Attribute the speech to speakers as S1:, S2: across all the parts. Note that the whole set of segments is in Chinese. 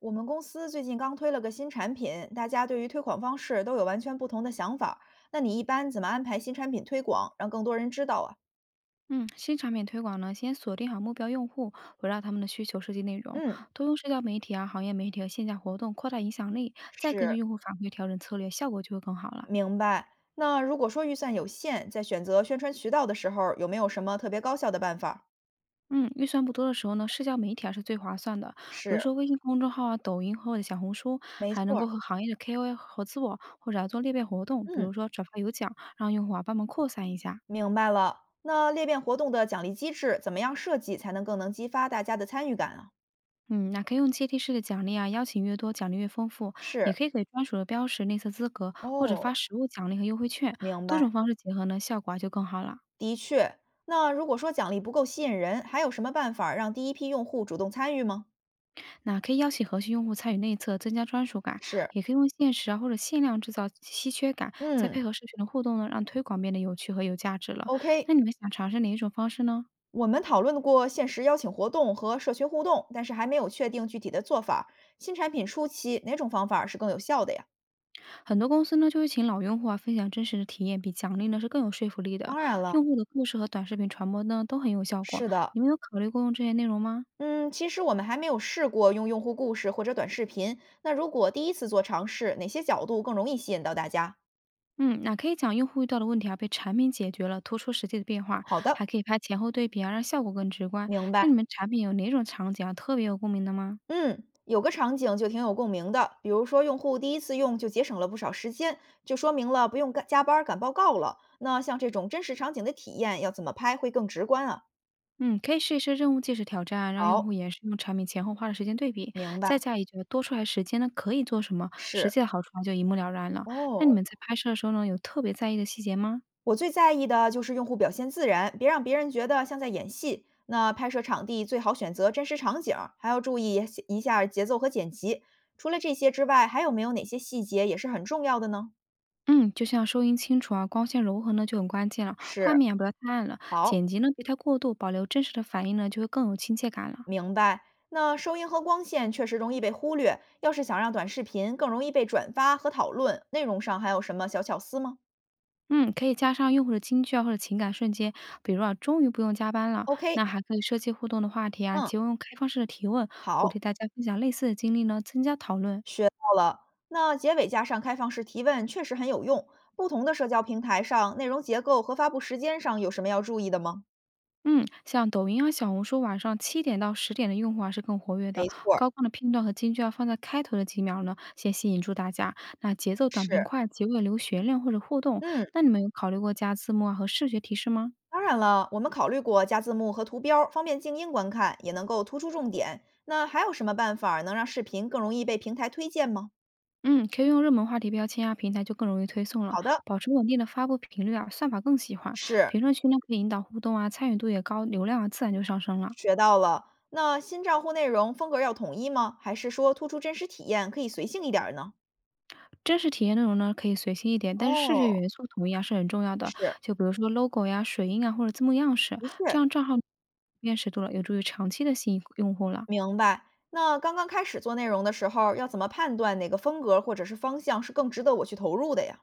S1: 我们公司最近刚推了个新产品，大家对于推广方式都有完全不同的想法儿。那你一般怎么安排新产品推广，让更多人知道啊？
S2: 嗯，新产品推广呢，先锁定好目标用户，围绕他们的需求设计内容，
S1: 嗯，
S2: 多用社交媒体啊、行业媒体和线下活动扩大影响力，再根据
S1: 是，
S2: 用户反馈调整策略，效果就会更好了。
S1: 明白。那如果说预算有限，在选择宣传渠道的时候，有没有什么特别高效的办法儿？
S2: 嗯，预算不多的时候呢，社交媒体啊是最划算的，比如
S1: 是，
S2: 说微信公众号啊、抖音或者小红书，
S1: 没
S2: 还
S1: 错
S2: 能够
S1: 儿。
S2: 和行业的 KOL 合作，或者啊做裂变活动，比
S1: 嗯，
S2: 如说转发有奖，让用户啊帮忙扩散一下。
S1: 明白了。那裂变活动的奖励机制怎么样设计才能更能激发大家的参与感啊？
S2: 嗯，那可以用阶梯式的奖励啊，邀请越多，奖励越丰富，也
S1: 是，
S2: 可以给专属的标识内测资格，或者
S1: 哦，
S2: 发实物奖励和优惠券，
S1: 明
S2: 多
S1: 白。
S2: 种方式结合呢，效果啊就更好了。
S1: 的确，那如果说奖励不够吸引人，还有什么办法让第一批用户主动参与吗？
S2: 那可以邀请核心用户参与内测，增加专属感，
S1: 是，
S2: 也可以用限时啊或者限量制造稀缺感，再
S1: 嗯
S2: 配合社群的互动呢，让推广变得有趣和有价值了。
S1: ，OK，
S2: 那你们想尝试哪一种方式呢？
S1: 我们讨论过限时邀请活动和社群互动，但是还没有确定具体的做法儿。新产品初期哪种方法是更有效的呀？
S2: 很多公司呢就会请老用户啊分享真实的体验，比奖励呢是更有说服力的。
S1: 当然了，
S2: 用户的故事和短视频传播呢都很有效果。
S1: 是的，
S2: 你们有考虑过用这些内容吗？
S1: 嗯，其实我们还没有试过用用户故事或者短视频。那如果第一次做尝试，哪些角度更容易吸引到大家？
S2: 嗯，那可以讲用户遇到的问题啊，被产品解决了，突出实际的变化，
S1: 好的，
S2: 还可以拍前后对比啊，让效果更直观。
S1: 明白。
S2: 那你们产品有哪种场景啊，特别有共鸣的吗？
S1: 嗯，有个场景就挺有共鸣的，比如说用户第一次用就节省了不少时间，就说明了不用赶加班儿赶报告了。那像这种真实场景的体验，要怎么拍会更直观啊？
S2: 嗯，可以试一试任务计时挑战啊，让用户
S1: 好，
S2: 也是用产品前后花的时间对比，
S1: 明
S2: 再
S1: 白，
S2: 加一句啊多出来时间呢可以做什么，实
S1: 是
S2: 际的好处啊就一目了然了。那你
S1: 哦。
S2: 们在拍摄的时候呢，有特别在意的细节吗？
S1: 我最在意的就是用户表现自然，别让别人觉得像在演戏。那拍摄场地最好选择真实场景儿，还要注意一下节奏和剪辑。除了这些之外，还有没有哪些细节也是很重要的呢？
S2: 嗯，就像收音清楚啊，光线柔和呢就很关键了，
S1: 是，
S2: 画面也不要太暗了，
S1: 好。
S2: 剪辑呢别太过度，保留真实的反应呢就会更有亲切感了。
S1: 明白。那收音和光线确实容易被忽略，要是想让短视频更容易被转发和讨论，内容上还有什么小巧思吗
S2: 嗯，可以加上用户的金句啊，或者情感瞬间，比如啊，终于不用加班了。
S1: ？OK，
S2: 那还可以设计互动的话题啊，
S1: 嗯，
S2: 结合用开放式的提问，鼓励
S1: 好，
S2: 大家分享类似的经历呢，增加讨论。
S1: 到了。那结尾加上开放式提问确实很有用。不同的社交平台上，内容结构和发布时间上有什么要注意的吗？
S2: 嗯，像抖音啊、小红书晚上7点到10点的用户啊是更活跃的，
S1: 没错儿，
S2: 高光的片段和金句要放在开头的几秒呢，先吸引住大家。那节奏短
S1: 是，
S2: 平快，结尾留悬念或者互动。
S1: 嗯，
S2: 那你们有考虑过加字幕啊和视觉提示吗？
S1: 当然了，我们考虑过加字幕和图标，方便静音观看，也能够突出重点。那还有什么办法儿能让视频更容易被平台推荐吗？
S2: 嗯，可以用热门话题标签啊，平台就更容易推送了。
S1: 好的，
S2: 保持稳定的发布频率啊，算法更喜欢。
S1: 是。
S2: 评论区呢可以引导互动啊，参与度也高，流量啊自然就上升了。
S1: 学到了。那新账户内容风格要统一吗？还是说突出真实体验，可以随性一点儿呢？
S2: 真实体验内容呢可以随心一点，但是视觉
S1: 哦，
S2: 元素统一啊是很重要的。
S1: 是，
S2: 就比如说 logo 呀、水印啊或者字幕样式，
S1: 的
S2: 这
S1: 确，
S2: 样账号辨识度了，有助于长期的吸引用户了。
S1: 明白。那刚刚开始做内容的时候，要怎么判断哪个风格或者是方向是更值得我去投入的呀？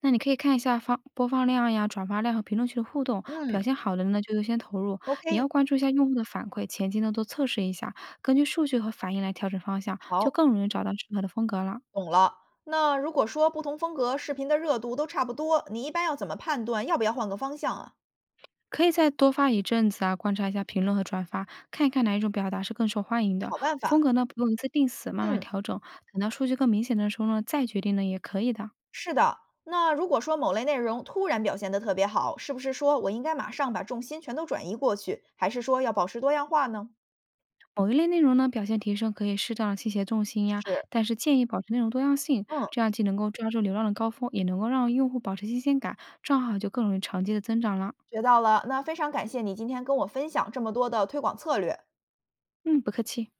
S2: 那你可以看一下放播放量呀、转发量和评论区的互动，表
S1: 嗯
S2: 现好的呢就优先投入，也要
S1: ，OK，
S2: 关注一下用户的反馈，前期呢多测试一下，根据数据和反应来调整方向，就
S1: 好，
S2: 更容易找到适合的风格了。
S1: 懂了。那如果说不同风格视频的热度都差不多，你一般要怎么判断要不要换个方向啊？
S2: 可以再多发一阵子啊，观察一下评论和转发，看一看哪一种表达是更受欢迎的。
S1: 好办
S2: 风
S1: 法，
S2: 格呢不用一次定死，慢慢
S1: 嗯。
S2: 调整，等到数据更明显的时候呢，再决定呢也可以的。
S1: 是的，那如果说某类内容突然表现得特别好，是不是说我应该马上把重心全都转移过去，还是说要保持多样化呢？
S2: 某一类内容呢，表现提升可以适当的倾斜重心呀，
S1: 是，
S2: 但是建议保持内容多样性，
S1: 嗯，
S2: 这样既能够抓住流量的高峰，也能够让用户保持新鲜感，账号就更容易长期的增长了。
S1: 学到了。那非常感谢你今天跟我分享这么多的推广策略。
S2: 嗯，不客气。